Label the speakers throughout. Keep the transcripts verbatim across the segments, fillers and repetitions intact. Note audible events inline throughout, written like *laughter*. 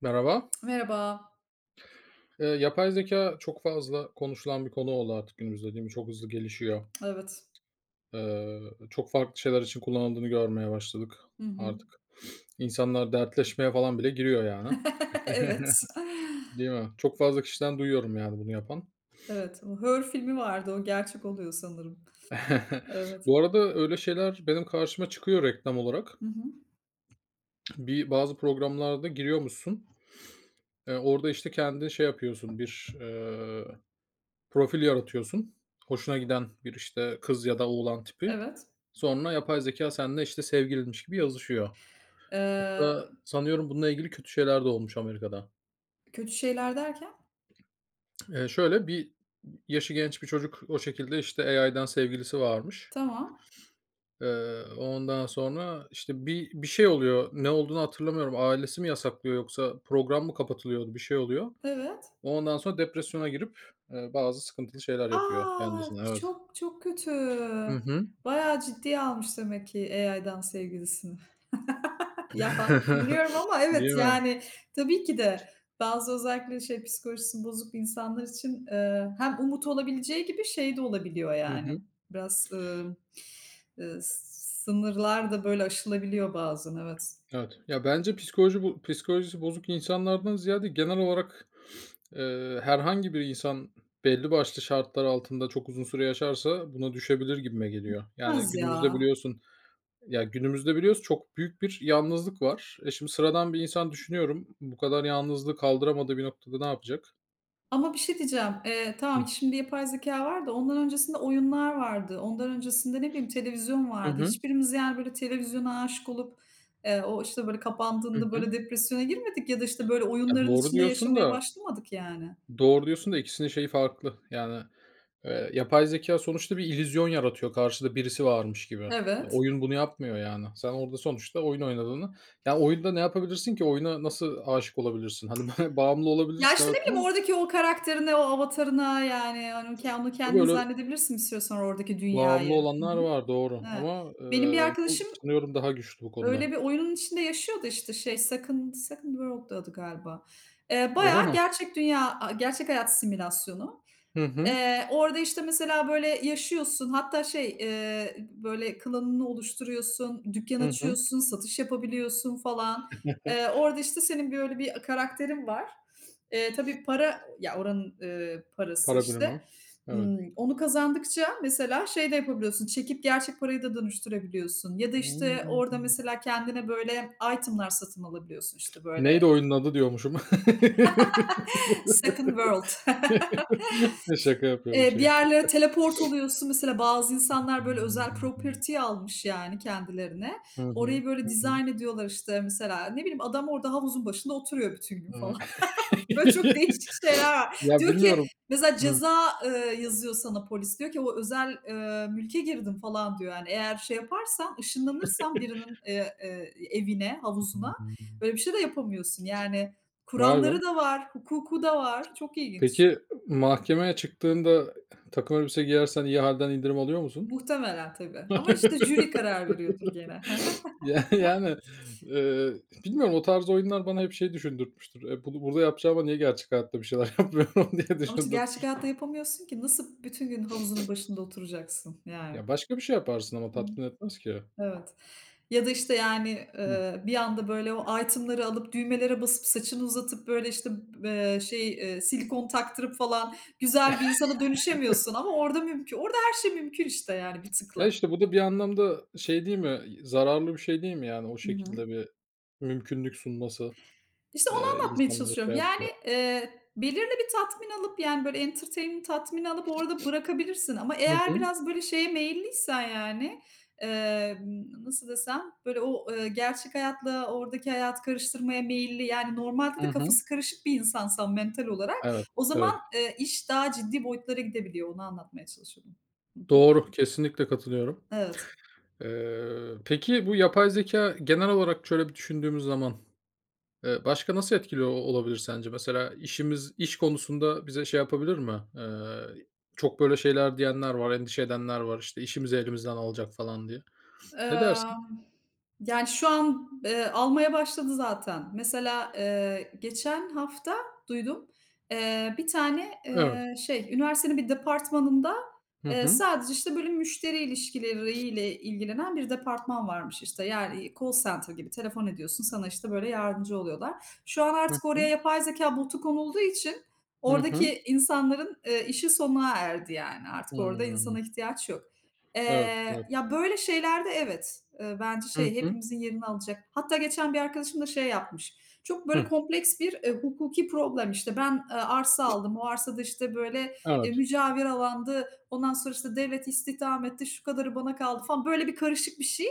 Speaker 1: Merhaba.
Speaker 2: Merhaba.
Speaker 1: Eee, yapay zeka çok fazla konuşulan bir konu oldu artık günümüzde, değil mi? Çok hızlı gelişiyor.
Speaker 2: Evet.
Speaker 1: Eee, çok farklı şeyler için kullanıldığını görmeye başladık
Speaker 2: Hı hı.
Speaker 1: artık. İnsanlar dertleşmeye falan bile giriyor yani.
Speaker 2: *laughs* Evet.
Speaker 1: *laughs* Değil mi? Çok fazla kişiden duyuyorum yani bunu yapan.
Speaker 2: Evet, o Her filmi vardı, o gerçek oluyor sanırım.
Speaker 1: *laughs*
Speaker 2: Evet.
Speaker 1: Bu arada öyle şeyler benim karşıma çıkıyor reklam olarak.
Speaker 2: Hı hı.
Speaker 1: Bir bazı programlarda giriyormuşsun. Eee, orada, işte, kendin şey yapıyorsun, bir, e, profil yaratıyorsun. Hoşuna giden bir, işte, kız ya da oğlan tipi.
Speaker 2: Evet.
Speaker 1: Sonra yapay zekâ seninle, işte, sevgilinmiş gibi yazışıyor. Hatta
Speaker 2: Eee,
Speaker 1: sanıyorum bununla ilgili kötü şeyler de olmuş Amerika'da.
Speaker 2: kötü şeyler derken?
Speaker 1: Eee, şöyle bir yaşı genç bir çocuk o şekilde, işte, A I'den sevgilisi varmış.
Speaker 2: Tamam.
Speaker 1: Eee, ondan sonra, işte, bir bir şey oluyor. Ne olduğunu hatırlamıyorum. Ailesi mi yasaklıyor yoksa program mı kapatılıyordu? Bir şey oluyor.
Speaker 2: Evet.
Speaker 1: Ondan sonra depresyona girip, eee, bazı sıkıntılı şeyler
Speaker 2: A!
Speaker 1: yapıyor kendisine. Evet.
Speaker 2: Çok, çok kötü.
Speaker 1: Hı hı.
Speaker 2: Bayağı ciddiye almış demek ki A I'dan sevgilisini. *laughs* Ya, biliyorum
Speaker 1: *laughs*
Speaker 2: ama evet,
Speaker 1: Değil mi?
Speaker 2: yani, tabii ki de bazı özellikle şey, psikolojisi bozuk insanlar için, eee, hem umut olabileceği gibi şey de olabiliyor
Speaker 1: Hı
Speaker 2: yani.
Speaker 1: hı.
Speaker 2: Biraz, Eee, sınırlar da böyle aşılabiliyor bazen, evet.
Speaker 1: Evet. Ya, bence psikoloji bo psikolojisi bozuk insanlardan ziyade genel olarak, eee, herhangi bir insan belli başlı şartlar altında çok uzun süre yaşarsa buna düşebilir gibime geliyor. Yani,
Speaker 2: Az
Speaker 1: günümüzde
Speaker 2: ya.
Speaker 1: biliyorsun ya, günümüzde biliyoruz çok büyük bir yalnızlık var. E, şimdi sıradan bir insan düşünüyorum, bu kadar yalnızlığı kaldıramadığı bir noktada ne yapacak?
Speaker 2: Ama bir şey diyeceğim. Eee,
Speaker 1: Hıh.
Speaker 2: tamam, şimdi yapay zekâ var da ondan öncesinde oyunlar vardı. Ondan öncesinde, ne bileyim, televizyon
Speaker 1: Hı
Speaker 2: vardı.
Speaker 1: hı.
Speaker 2: Hiçbirimiz, yani, böyle televizyona aşık olup, eee, o, işte, böyle
Speaker 1: Hı
Speaker 2: kapandığında
Speaker 1: hı.
Speaker 2: böyle depresyona girmedik ya da, işte, böyle
Speaker 1: Ya,
Speaker 2: oyunların
Speaker 1: doğru
Speaker 2: içinde
Speaker 1: diyorsun
Speaker 2: yaşamaya
Speaker 1: da
Speaker 2: başlamadık yani.
Speaker 1: Doğru diyorsun da ikisinin şeyi farklı. Yani, eee, yapay zeka sonuçta bir illüzyon yaratıyor karşıda birisi varmış gibi. Eee,
Speaker 2: Evet.
Speaker 1: oyun bunu yapmıyor yani. Sen orada sonuçta oyun oynadığını. Yani oyunda ne yapabilirsin ki? Oyuna nasıl aşık olabilirsin? Hani, *laughs* ba bağımlı
Speaker 2: Ya,
Speaker 1: olabilirsin
Speaker 2: işte, ne
Speaker 1: evet
Speaker 2: bileyim,
Speaker 1: ama
Speaker 2: oradaki o karakterine, o avatarına, yani, hani, ke onu
Speaker 1: tabii
Speaker 2: kendin
Speaker 1: öyle
Speaker 2: zannedebilirsin bir süre sonra oradaki
Speaker 1: bağımlı
Speaker 2: dünyayı. Hı
Speaker 1: olanlar var doğru
Speaker 2: hı. He.
Speaker 1: ama,
Speaker 2: Benim bir
Speaker 1: eee, bu
Speaker 2: arkadaşım
Speaker 1: sanıyorum daha güçlü bu
Speaker 2: öyle
Speaker 1: konuda.
Speaker 2: bir oyunun içinde yaşıyordu işte şey Second Second World'du adı galiba. Eee,
Speaker 1: Öyle
Speaker 2: bayağı
Speaker 1: mi?
Speaker 2: gerçek dünya, aaa, gerçek hayat simülasyonu.
Speaker 1: Hı hı.
Speaker 2: Eee, orada, işte, mesela, böyle, yaşıyorsun hatta şey, eee, böyle, klanını oluşturuyorsun, dükkân
Speaker 1: Hı hı.
Speaker 2: açıyorsun, satış yapabiliyorsun falan. Eee,
Speaker 1: *laughs*
Speaker 2: orada, işte, senin böyle bir karakterin var. Eee, tabii para ya, oranın, eee, parası,
Speaker 1: Para
Speaker 2: işte.
Speaker 1: birimi. Evet.
Speaker 2: Imm, onu kazandıkça mesela şey de yapabiliyorsun, çekip gerçek parayı da dönüştürebiliyorsun ya da, işte,
Speaker 1: Hımm.
Speaker 2: orada mesela kendine böyle item'lar satın alabiliyorsun, işte,
Speaker 1: Neydi
Speaker 2: böyle,
Speaker 1: oyunun adı diyormuşum. *laughs*
Speaker 2: Second World. *laughs*
Speaker 1: Şaka yapıyorum
Speaker 2: Eee, bir
Speaker 1: şaka.
Speaker 2: yerlere teleport oluyorsun. Mesela bazı insanlar böyle özel property almış yani kendilerine.
Speaker 1: Hı hı.
Speaker 2: Orayı böyle
Speaker 1: Hı hı.
Speaker 2: dizayn ediyorlar işte mesela. Ne bileyim adam orada havuzun başında oturuyor bütün gün
Speaker 1: Aaa.
Speaker 2: falan. *laughs* Böyle çok değişik şeyler
Speaker 1: *laughs*
Speaker 2: var.
Speaker 1: Ya,
Speaker 2: Diyor ki
Speaker 1: bilmiyorum.
Speaker 2: mesela
Speaker 1: Hı.
Speaker 2: ceza, eee, yazıyor sana polis. Diyor ki o özel, eee, mülke girdim falan diyor yani. Eğer şey yaparsan, ışınlanırsan birinin, eee, eee, evine, havuzuna böyle bir şey de yapamıyorsun. Yani
Speaker 1: Vay be.
Speaker 2: kuralları da var, hukuku da var. Çok ilginç.
Speaker 1: Peki, mahkemeye çıktığında takım elbise giyersen iyi halden indirim alıyor musun?
Speaker 2: Muhtemelen tabii ama, işte, jüri
Speaker 1: *laughs*
Speaker 2: karar veriyordur gene. *laughs* Hı hı.
Speaker 1: Ya, yani, eee, bilmiyorum o tarz oyunlar bana hep şey düşündürtmüştür. E, bunu burada yapacağıma niye gerçek hayatta bir şeyler *laughs* yapmıyorum diye
Speaker 2: Ama, işte,
Speaker 1: düşündür
Speaker 2: gerçek hayatta yapamıyorsun ki nasıl bütün gün havuzunun başında oturacaksın yani.
Speaker 1: Ya, başka bir şey yaparsın ama
Speaker 2: Hı,
Speaker 1: tatmin etmez ki.
Speaker 2: evet. Ya da, işte, yani,
Speaker 1: Hı.
Speaker 2: eee, bir anda, böyle, o item'ları alıp düğmelere basıp saçını uzatıp, böyle, işte, eee, şey, eee, silikon taktırıp falan güzel bir insana dönüşemiyorsun ama orada mümkün. Orada her şey mümkün, işte, yani bir
Speaker 1: Ya,
Speaker 2: tıkla.
Speaker 1: işte, bu da bir anlamda şey değil mi, zararlı bir şey değil mi, yani, o
Speaker 2: Hı hı.
Speaker 1: şekilde bir mümkünlük sunması,
Speaker 2: İşte onu
Speaker 1: eee,
Speaker 2: anlatmaya
Speaker 1: insanlara
Speaker 2: çalışıyorum.
Speaker 1: şey
Speaker 2: Yani,
Speaker 1: yapıyor.
Speaker 2: eee, belirli bir tatmin alıp, yani, böyle entertainment tatmini alıp orada bırakabilirsin ama
Speaker 1: Hı
Speaker 2: eğer
Speaker 1: hı.
Speaker 2: biraz böyle şeye meyilliysen, yani, emm, nasıl desem, böyle o, eee, gerçek hayatla oradaki hayatı karıştırmaya meyilli, yani, normalde
Speaker 1: Hı
Speaker 2: de
Speaker 1: hı.
Speaker 2: kafası karışık bir insansan mental olarak
Speaker 1: Evet,
Speaker 2: o zaman,
Speaker 1: evet.
Speaker 2: eee, iş daha ciddi boyutlara gidebiliyor. Onu anlatmaya çalışıyordum. Hı hı.
Speaker 1: Doğru, kesinlikle katılıyorum.
Speaker 2: Evet.
Speaker 1: Eee, peki bu yapay zeka genel olarak şöyle bir düşündüğümüz zaman, eee, başka nasıl etkili o olabilir sence? Mesela işimiz iş konusunda bize şey yapabilir mi? Eee, çok böyle şeyler diyenler var, endişe edenler var, işte, işimizi elimizden alacak falan diye. Ne dersin?
Speaker 2: Emm, yani, şu an, eee, almaya başladı zaten. Mesela, eee, geçen hafta duydum, eee, bir tane,
Speaker 1: Evet.
Speaker 2: eee, şey, üniversitenin bir departmanında,
Speaker 1: Hı
Speaker 2: eee,
Speaker 1: hı.
Speaker 2: sadece, işte, böyle, müşteri ilişkileriyle ilgilenen bir departman varmış, işte. Yani, call center gibi telefon ediyorsun, sana, işte, böyle, yardımcı oluyorlar. Şu an
Speaker 1: Hı
Speaker 2: artık
Speaker 1: hı.
Speaker 2: oraya yapay zeka botu konulduğu için
Speaker 1: Hı hı.
Speaker 2: oradaki insanların, eee, işi sona erdi, yani. Artık orada
Speaker 1: Hımm.
Speaker 2: insana ihtiyaç yok.
Speaker 1: Evet,
Speaker 2: Eee,
Speaker 1: evet.
Speaker 2: ya, böyle şeylerde evet, eee, bence
Speaker 1: Hı
Speaker 2: şey,
Speaker 1: hı.
Speaker 2: hepimizin yerini alacak. Hatta geçen bir arkadaşım da şey yapmış, çok böyle
Speaker 1: Hıh.
Speaker 2: kompleks bir, eee, hukuki problem, işte, ben, eee, arsa aldım, o arsada, işte, böyle, eee,
Speaker 1: Evet.
Speaker 2: mücavir alandı, ondan sonra, işte, devlet istihdam etti, şu kadarı bana kaldı falan, böyle bir karışık bir şey.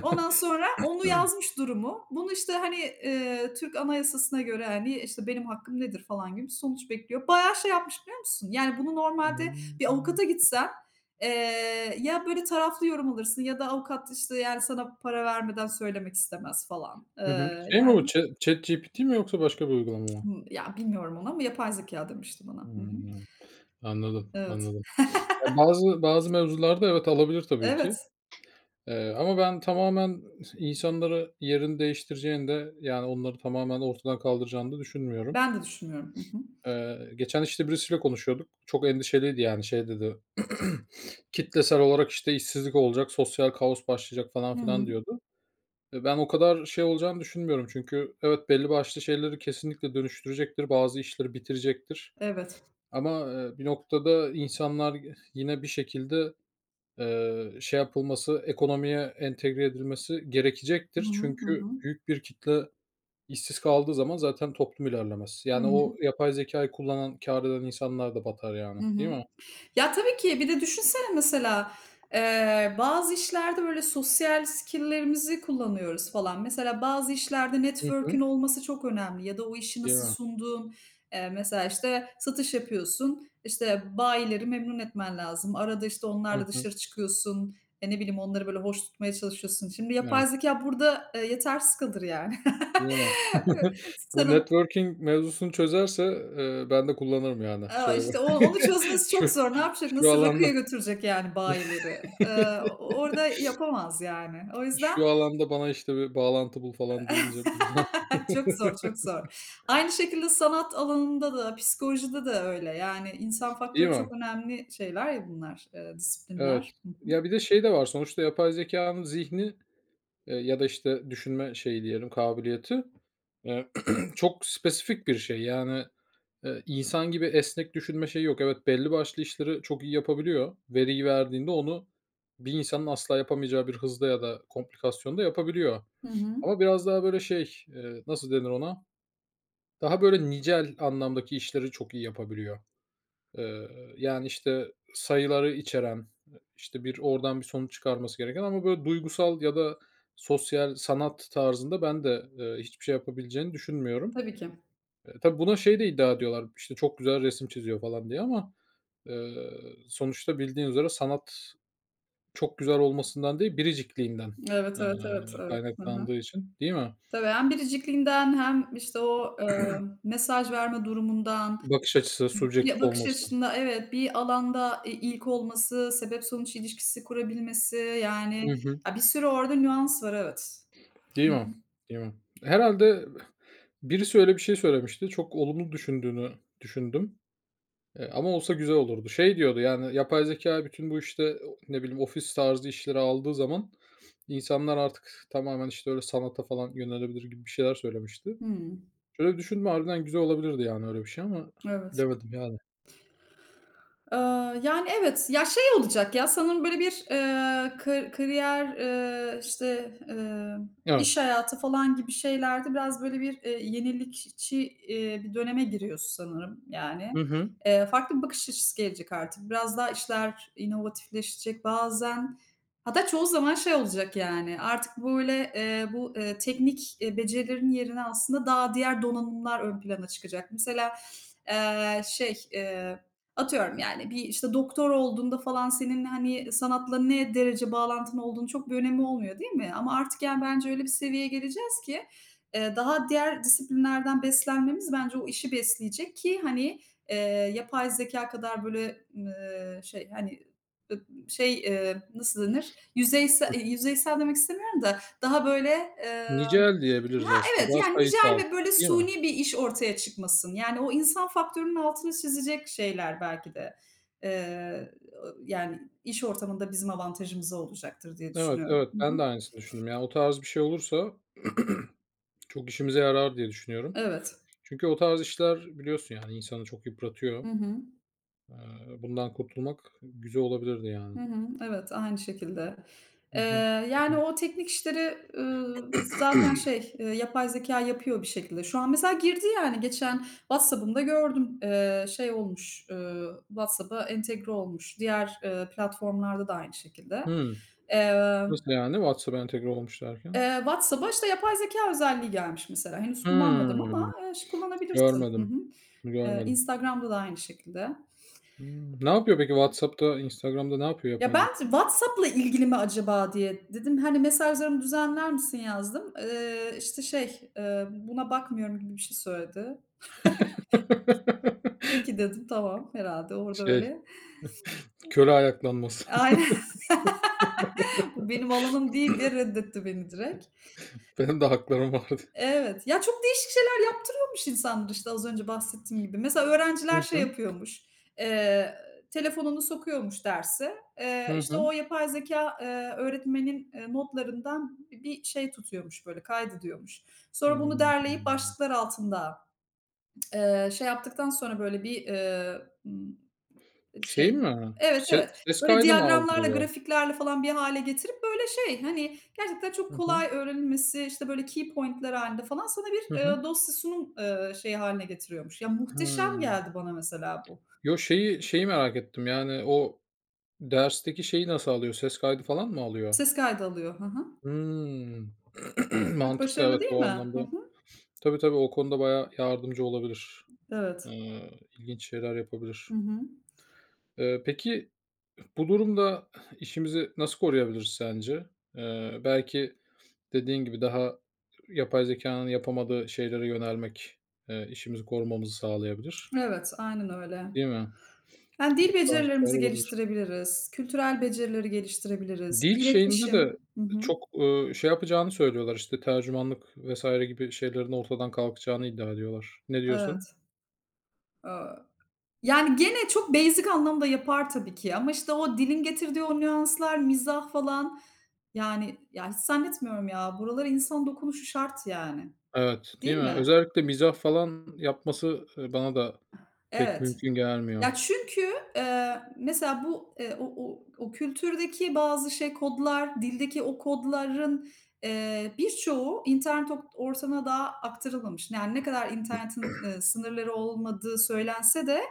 Speaker 2: Ondan sonra onu yazmış durumu. Bunu, işte, hani, eee, Türk Anayasası'na göre, hani, işte, benim hakkım nedir falan gibi sonuç bekliyor. Bayağı şey yapmış biliyor musun? Yani, bunu normalde bir
Speaker 1: Hımm.
Speaker 2: avukata gitsen, eee, ya böyle taraflı yorum alırsın ya da avukat, işte, yani, sana para vermeden söylemek istemez falan.
Speaker 1: Hı hı.
Speaker 2: Eee,
Speaker 1: Şey mi bu?
Speaker 2: yani,
Speaker 1: Chat ChatGPT mi yoksa başka bir uygulama mı?
Speaker 2: hımm, ya, bilmiyorum ona, ama yapay zeka demişti bana. Hı hı.
Speaker 1: Hımm. Anladım,
Speaker 2: Evet.
Speaker 1: anladım. Ya, bazı bazı mevzularda evet, alabilir tabii ki,
Speaker 2: Evet,
Speaker 1: eee, ama ben tamamen insanları yerini değiştireceğini de, yani, onları tamamen ortadan kaldıracağını da düşünmüyorum.
Speaker 2: ben de düşünmüyorum. Hı hı.
Speaker 1: Eee, geçen, işte, birisiyle konuşuyorduk. Çok endişeliydi, yani, şey dedi, *clears throat* "Kitlesel olarak, işte, işsizlik olacak, sosyal kaos başlayacak." falan
Speaker 2: Hı hı.
Speaker 1: filan diyordu. Eee, ben o kadar şey olacağını düşünmüyorum çünkü evet, belli başlı şeyleri kesinlikle dönüştürecektir, bazı işleri bitirecektir
Speaker 2: Evet.
Speaker 1: ama, eee, bir noktada insanlar yine bir şekilde, eee, şey yapılması, ekonomiye entegre edilmesi
Speaker 2: Hı
Speaker 1: gerekecektir.
Speaker 2: hı. Hı
Speaker 1: Çünkü
Speaker 2: hı.
Speaker 1: büyük bir kitle işsiz kaldığı zaman zaten toplum ilerlemez.
Speaker 2: Hı
Speaker 1: Yani
Speaker 2: hı.
Speaker 1: o yapay zeka'yı kullanan, kâr eden insanlar da batar yani,
Speaker 2: Hı
Speaker 1: değil
Speaker 2: hı.
Speaker 1: mi?
Speaker 2: Ya, tabii ki. Bir de düşünsene mesela, eee, bazı işlerde böyle sosyal skill'lerimizi kullanıyoruz falan. Mesela bazı işlerde
Speaker 1: Hı
Speaker 2: network'ün
Speaker 1: hı.
Speaker 2: olması çok önemli ya da o işi
Speaker 1: Değil
Speaker 2: nasıl
Speaker 1: mi?
Speaker 2: sunduğun. Eee, mesela, işte, satış yapıyorsun, işte, bayileri memnun etmen lazım. Arada, işte,
Speaker 1: Hı
Speaker 2: onlarla
Speaker 1: hı.
Speaker 2: dışarı çıkıyorsun. E, ne bileyim, onları böyle hoş tutmaya çalışıyorsun. Şimdi
Speaker 1: Evet.
Speaker 2: yapay zekâ burada, eee, yetersiz kalır yani.
Speaker 1: Değil mi? *laughs*
Speaker 2: *laughs*
Speaker 1: Bu
Speaker 2: Sana
Speaker 1: networking mevzusunu çözerse, eee, ben de kullanırım yani.
Speaker 2: aaa,
Speaker 1: Şöyle bir
Speaker 2: işte, o onu
Speaker 1: *laughs*
Speaker 2: çözmesi çok
Speaker 1: şu
Speaker 2: zor. Ne yapacak?
Speaker 1: şu
Speaker 2: Nasıl rakıya
Speaker 1: alanda.
Speaker 2: götürecek yani bayileri? Eee,
Speaker 1: *laughs*
Speaker 2: orada yapamaz yani. O yüzden
Speaker 1: Şu alanda bana, işte, bir bağlantı bul falan deyince.
Speaker 2: *laughs* çok
Speaker 1: *laughs*
Speaker 2: zor, çok zor. Aynı şekilde sanat alanında da, psikolojide de öyle. Yani insan
Speaker 1: Değil
Speaker 2: faktörü
Speaker 1: mi?
Speaker 2: çok önemli şeyler ya bunlar, eee,
Speaker 1: Evet.
Speaker 2: disiplinler. Hı hı.
Speaker 1: Ya, bir de şey de var sonuçta yapay zekanın zihni. Eee, ya da, işte, düşünme şeyi diyelim, kabiliyeti, eee, *clears throat* çok spesifik bir şey. Yani, eee, insan gibi esnek düşünme şeyi yok. Evet, belli başlı işleri çok iyi yapabiliyor. Veriyi verdiğinde onu bir insanın asla yapamayacağı bir hızda ya da komplikasyonda yapabiliyor.
Speaker 2: Hı hı.
Speaker 1: Ama biraz daha böyle şey, eee, nasıl denir ona? Daha böyle nicel anlamdaki işleri çok iyi yapabiliyor. Eee, yani, işte, sayıları içeren, işte, bir oradan bir sonuç çıkarması gereken ama böyle duygusal ya da sosyal sanat tarzında ben de, eee, hiçbir şey yapabileceğini düşünmüyorum.
Speaker 2: Tabii ki.
Speaker 1: Eee, tabii buna şey de iddia ediyorlar, işte, çok güzel resim çiziyor falan diye ama, eee, sonuçta bildiğin üzere sanat çok güzel olmasından değil, biricikliğinden,
Speaker 2: Evet,
Speaker 1: eee,
Speaker 2: evet, evet, evet. Hı hı.
Speaker 1: kaynaklandığı için, değil mi?
Speaker 2: Tabii hem biricikliğinden hem, işte, o, eee, mesaj verme durumundan
Speaker 1: Bakış açısı,
Speaker 2: bir
Speaker 1: subjektif
Speaker 2: bakış
Speaker 1: olması.
Speaker 2: açısında evet, bir alanda, eee, ilk olması, sebep sonuç ilişkisi kurabilmesi, yani,
Speaker 1: Hı hı.
Speaker 2: ya, bir sürü orada nüans var, evet.
Speaker 1: Değil
Speaker 2: Hı
Speaker 1: mi?
Speaker 2: hı.
Speaker 1: Değil mi? Herhalde. Birisi öyle bir şey söylemişti. Çok olumlu düşündüğünü düşündüm, eee, ama olsa güzel olurdu. Şey diyordu, yani, yapay zekâ bütün bu, işte, o ne bileyim, ofis tarzı işleri aldığı zaman insanlar artık tamamen, işte, öyle sanata falan yönelebilir gibi bir şeyler söylemişti.
Speaker 2: Hımm,
Speaker 1: Şöyle bir düşündüm, harbiden güzel olabilirdi, yani, öyle bir şey ama
Speaker 2: evet.
Speaker 1: bilemedim, yani.
Speaker 2: Aaa, yani, evet. Ya, şey olacak ya, sanırım böyle bir, eee, ka kariyer, eee, işte, eee,
Speaker 1: Evet.
Speaker 2: iş hayatı falan gibi şeylerde biraz böyle bir, eee, yenilikçi, eee, bir döneme giriyoruz sanırım, yani.
Speaker 1: Hı hı.
Speaker 2: Eee, farklı bir bakış açısı gelecek artık. Biraz daha işler inovatifleşecek bazen. Hatta çoğu zaman şey olacak, yani, artık böyle, eee, bu, eee, teknik, eee, becerilerin yerine aslında daha diğer donanımlar ön plana çıkacak. Mesela, eee, şey, eee Atıyorum yani bir, işte, doktor olduğunda falan senin, hani, sanatla ne derece bağlantın olduğunu çok bir önemi olmuyor, değil mi? Ama artık, yani, bence öyle bir seviyeye geleceğiz ki, eee, daha diğer disiplinlerden beslenmemiz bence o işi besleyecek ki, hani, eee, yapay zeka kadar böyle, eee, şey, hani, ıb şey, eee, nasıl denir? Yüzeyse
Speaker 1: Hı.
Speaker 2: yüzeysel demek istemiyorum da daha böyle, eee
Speaker 1: Nicel
Speaker 2: Ha,
Speaker 1: diyebiliriz aslında.
Speaker 2: evet,
Speaker 1: Daha
Speaker 2: yani
Speaker 1: sayısal,
Speaker 2: nicel ve böyle
Speaker 1: değil mi?
Speaker 2: suni bir iş ortaya çıkmasın. Yani o insan faktörünün altını çizecek şeyler belki de, eee, yani iş ortamında bizim avantajımıza olacaktır diye
Speaker 1: Evet,
Speaker 2: düşünüyorum.
Speaker 1: evet.
Speaker 2: Hı hı.
Speaker 1: Ben de aynısını düşündüm. Yani o tarz bir şey olursa *clears throat* çok işimize yarar diye düşünüyorum.
Speaker 2: Evet.
Speaker 1: Çünkü o tarz işler biliyorsun, yani, insanı çok yıpratıyor.
Speaker 2: Hı hı.
Speaker 1: Eee, bundan kurtulmak güzel olabilirdi yani.
Speaker 2: Hı hı. Evet, aynı şekilde.
Speaker 1: Hı
Speaker 2: Eee,
Speaker 1: hı. Hı
Speaker 2: yani,
Speaker 1: hı.
Speaker 2: o teknik işleri, ııı, zaten şey, eee, yapay zekâ yapıyor bir şekilde. Şu an mesela girdi, yani, geçen WhatsApp'ımda gördüm. Eee, şey olmuş, ııı, WhatsApp'a entegre olmuş. Diğer, eee, platformlarda da aynı şekilde.
Speaker 1: Hıı.
Speaker 2: Eee,
Speaker 1: Nasıl yani? WhatsApp'a entegre olmuş derken?
Speaker 2: eee, WhatsApp'a, işte, yapay zekâ özelliği gelmiş mesela. Henüz kullanmadım ama,
Speaker 1: Hımm.
Speaker 2: eee, ş kullanabilirsin. Hı
Speaker 1: Görmedim.
Speaker 2: hı.
Speaker 1: Bunu
Speaker 2: Eee,
Speaker 1: görmedim.
Speaker 2: Instagram'da da aynı şekilde.
Speaker 1: Hımm. Ne yapıyor peki WhatsApp'ta, Instagram'da ne yapıyor
Speaker 2: Ya,
Speaker 1: yapay
Speaker 2: ben
Speaker 1: zekâ?
Speaker 2: t WhatsApp'la ilgili mi acaba diye dedim, hani, mesajlarımı düzenler misin yazdım. Eee, işte, şey, eee, buna bakmıyorum gibi bir şey söyledi. Peki
Speaker 1: *laughs*
Speaker 2: dedim, tamam herhalde orada
Speaker 1: Şey,
Speaker 2: öyle.
Speaker 1: köle ayaklanması. *laughs*
Speaker 2: Aynen, *laughs* bu benim alanım değil diye reddetti beni direkt.
Speaker 1: Benim de haklarım vardı.
Speaker 2: Evet. Ya, çok değişik şeyler yaptırıyormuş insanlar, işte, az önce bahsettiğim gibi. Mesela
Speaker 1: Hı
Speaker 2: öğrenciler şey
Speaker 1: hı.
Speaker 2: yapıyormuş, eee, telefonunu sokuyormuş derse, eee,
Speaker 1: Hı
Speaker 2: işte, o
Speaker 1: hı.
Speaker 2: yapay zekâ, eee, öğretmenin, eee, notlarından bi bir şey tutuyormuş, böyle, kaydediyormuş. Sonra bunu
Speaker 1: Hımm.
Speaker 2: derleyip başlıklar altında, eee, şey yaptıktan sonra, böyle, bir, eee, ımm,
Speaker 1: Şey
Speaker 2: şey
Speaker 1: mi?
Speaker 2: evet,
Speaker 1: Se
Speaker 2: evet.
Speaker 1: ses
Speaker 2: Böyle
Speaker 1: kaydı mı
Speaker 2: diyagramlarla,
Speaker 1: aldırıyor?
Speaker 2: grafiklerle falan bir hale getirip, böyle, şey, hani, gerçekten çok
Speaker 1: Hı hı.
Speaker 2: kolay öğrenilmesi, işte, böyle, key point'ler halinde falan sana
Speaker 1: Hı
Speaker 2: bir,
Speaker 1: hı.
Speaker 2: eee, dosya sunum, eee, şeyi hâline getiriyormuş. Ya, muhteşem
Speaker 1: Hıı.
Speaker 2: geldi bana mesela bu.
Speaker 1: Yo, şeyi şeyi merak ettim, yani, o dersteki şeyi nasıl alıyor? Ses kaydı falan mı alıyor?
Speaker 2: Ses kaydı alıyor. Hı hı.
Speaker 1: Hımm. *clears throat*
Speaker 2: Çok
Speaker 1: Mantıklı,
Speaker 2: başarılı
Speaker 1: evet,
Speaker 2: değil
Speaker 1: o
Speaker 2: mi?
Speaker 1: anlamda.
Speaker 2: Hı hı.
Speaker 1: Tabii, tabii, o konuda bayağı yardımcı olabilir.
Speaker 2: Evet.
Speaker 1: Eee, ilginç şeyler yapabilir.
Speaker 2: Hı hı.
Speaker 1: Eee, peki bu durumda işimizi nasıl koruyabiliriz sence? Eee, belki dediğin gibi daha yapay zekânın yapamadığı şeylere yönelmek, eee, işimizi korumamızı sağlayabilir,
Speaker 2: Evet, aynen öyle.
Speaker 1: değil mi?
Speaker 2: Yani,
Speaker 1: Bu
Speaker 2: dil
Speaker 1: tarz bir
Speaker 2: becerilerimizi
Speaker 1: şeyler olabilir.
Speaker 2: geliştirebiliriz, kültürel becerileri geliştirebiliriz,
Speaker 1: Dil şeyinde de
Speaker 2: iletişim. Hı hı.
Speaker 1: çok, ııı, şey yapacağını söylüyorlar, işte, tercümanlık vesaire gibi şeylerin ortadan kalkacağını iddia ediyorlar. Ne diyorsun?
Speaker 2: Evet. Evet. Yani, gene çok basic anlamda yapar tabii ki ama, işte, o dilin getirdiği o nüanslar, mizah falan, yani, ya, hiç zannetmiyorum ya. Buralara insan dokunuşu şart yani,
Speaker 1: Evet, değil
Speaker 2: değil
Speaker 1: mi?
Speaker 2: mi?
Speaker 1: Özellikle mizah falan yapması, ııı, bana da pek
Speaker 2: Evet.
Speaker 1: mümkün gelmiyor.
Speaker 2: Ya, çünkü, eee, mesela bu, eee, o o o kültürdeki bazı şey kodlar, dildeki o kodların, eee, birçoğu internet ort ortamına daha aktarılmamış. Yani, ne kadar internetin, eee, sınırları olmadığı söylense de,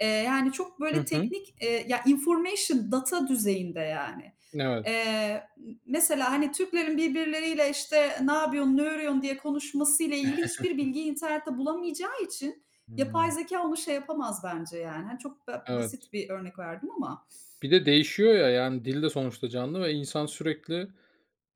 Speaker 2: eee, yani, çok
Speaker 1: Hı
Speaker 2: böyle
Speaker 1: hı.
Speaker 2: teknik, eee, ya, information, data düzeyinde, yani.
Speaker 1: Evet.
Speaker 2: Eee, mesela, hani, Türklerin birbirleriyle, işte, "Ne yapıyorsun, ne örüyorsun?" diye konuşmasıyla ilgili hiçbir bilgiyi internette bulamayacağı için, yapay
Speaker 1: Hımm.
Speaker 2: zekâ onu şey yapamaz bence yani. Hani çok ba
Speaker 1: Evet.
Speaker 2: basit bir örnek verdim ama
Speaker 1: Bir de değişiyor ya, yani, dil de sonuçta canlı ve insan sürekli,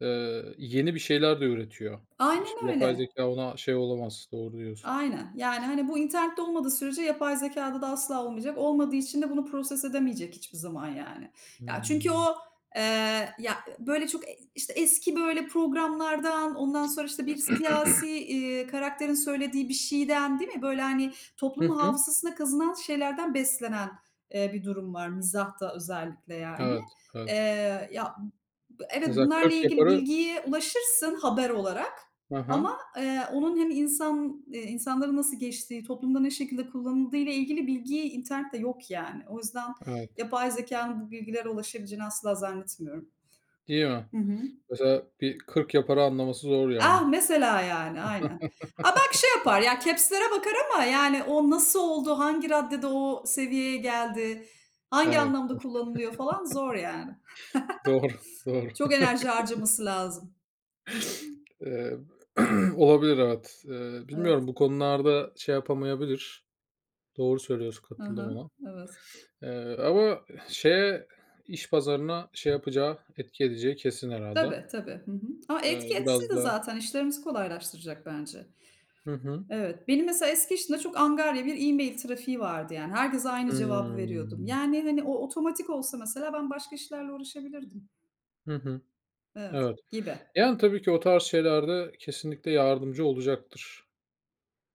Speaker 1: eee, yeni bir şeyler de üretiyor. İşte,
Speaker 2: aynen
Speaker 1: yapay
Speaker 2: öyle.
Speaker 1: zeka ona şey olamaz. Doğru diyorsun.
Speaker 2: Aynen. Yani, hani, bu internette olmadığı sürece yapay zekâda da asla olmayacak. Olmadığı için de bunu proses edemeyecek hiçbir zaman yani. Ya, çünkü
Speaker 1: Hımm.
Speaker 2: o, eee, ya, böyle, çok, eee, işte, eski, böyle, programlardan, ondan sonra, işte, bir siyasi, iii, karakterin söylediği bir şeyden, değil mi? Böyle, hani,
Speaker 1: Hı
Speaker 2: toplumun
Speaker 1: hı.
Speaker 2: hafızasına kazınan şeylerden beslenen, eee, bir durum var mizahta özellikle yani.
Speaker 1: Evet, evet.
Speaker 2: Eee, ya, b evet,
Speaker 1: Mesela
Speaker 2: bunlarla
Speaker 1: kırk
Speaker 2: ilgili
Speaker 1: yaparı.
Speaker 2: bilgiye ulaşırsın haber olarak
Speaker 1: Aha.
Speaker 2: ama Eee, onun hem insan eee, insanların nasıl geçtiği, toplumda ne şekilde kullanıldığı ile ilgili bilgi internette yok yani. O yüzden
Speaker 1: Evet.
Speaker 2: yapay zekânın bu bilgilere ulaşabileceğini asla zannetmiyorum.
Speaker 1: Değil mi?
Speaker 2: Hı hı.
Speaker 1: Mesela bir kırk yaparı anlaması zor yani.
Speaker 2: Ah, mesela yani, aynen. Ha, belki şey yapar, ya caps'lere bakar ama yani o nasıl oldu, hangi raddede o seviyeye geldi, hangi
Speaker 1: Evet,
Speaker 2: anlamda kullanılıyor falan zor yani.
Speaker 1: doğru, *laughs* doğru.
Speaker 2: Çok enerji harcaması lazım.
Speaker 1: Eee, *clears throat* olabilir, evet. Eee, bilmiyorum,
Speaker 2: Evet.
Speaker 1: bu konularda şey yapamayabilir. Doğru söylüyorsun,
Speaker 2: Hı
Speaker 1: katıldım
Speaker 2: hı.
Speaker 1: ona.
Speaker 2: Evet.
Speaker 1: Eee, ama şeye, iş pazarına şey yapacağı, etki edeceği kesin herhalde.
Speaker 2: Tabii, tabii. Hı hı. Ama etki
Speaker 1: Eee,
Speaker 2: etsin
Speaker 1: biraz
Speaker 2: de
Speaker 1: da.
Speaker 2: zaten işlerimizi kolaylaştıracak bence.
Speaker 1: Hı hı.
Speaker 2: Evet, benim mesela eski işimde çok angarya bir e-mail trafiği vardı yani. Herkese aynı cevabı veriyordum.
Speaker 1: Hımm.
Speaker 2: Yani, hani, o otomatik olsa mesela ben başka işlerle uğraşabilirdim.
Speaker 1: Hı hı.
Speaker 2: Evet,
Speaker 1: Evet.
Speaker 2: gibi.
Speaker 1: Yani, tabii ki o tarz şeylerde kesinlikle yardımcı olacaktır.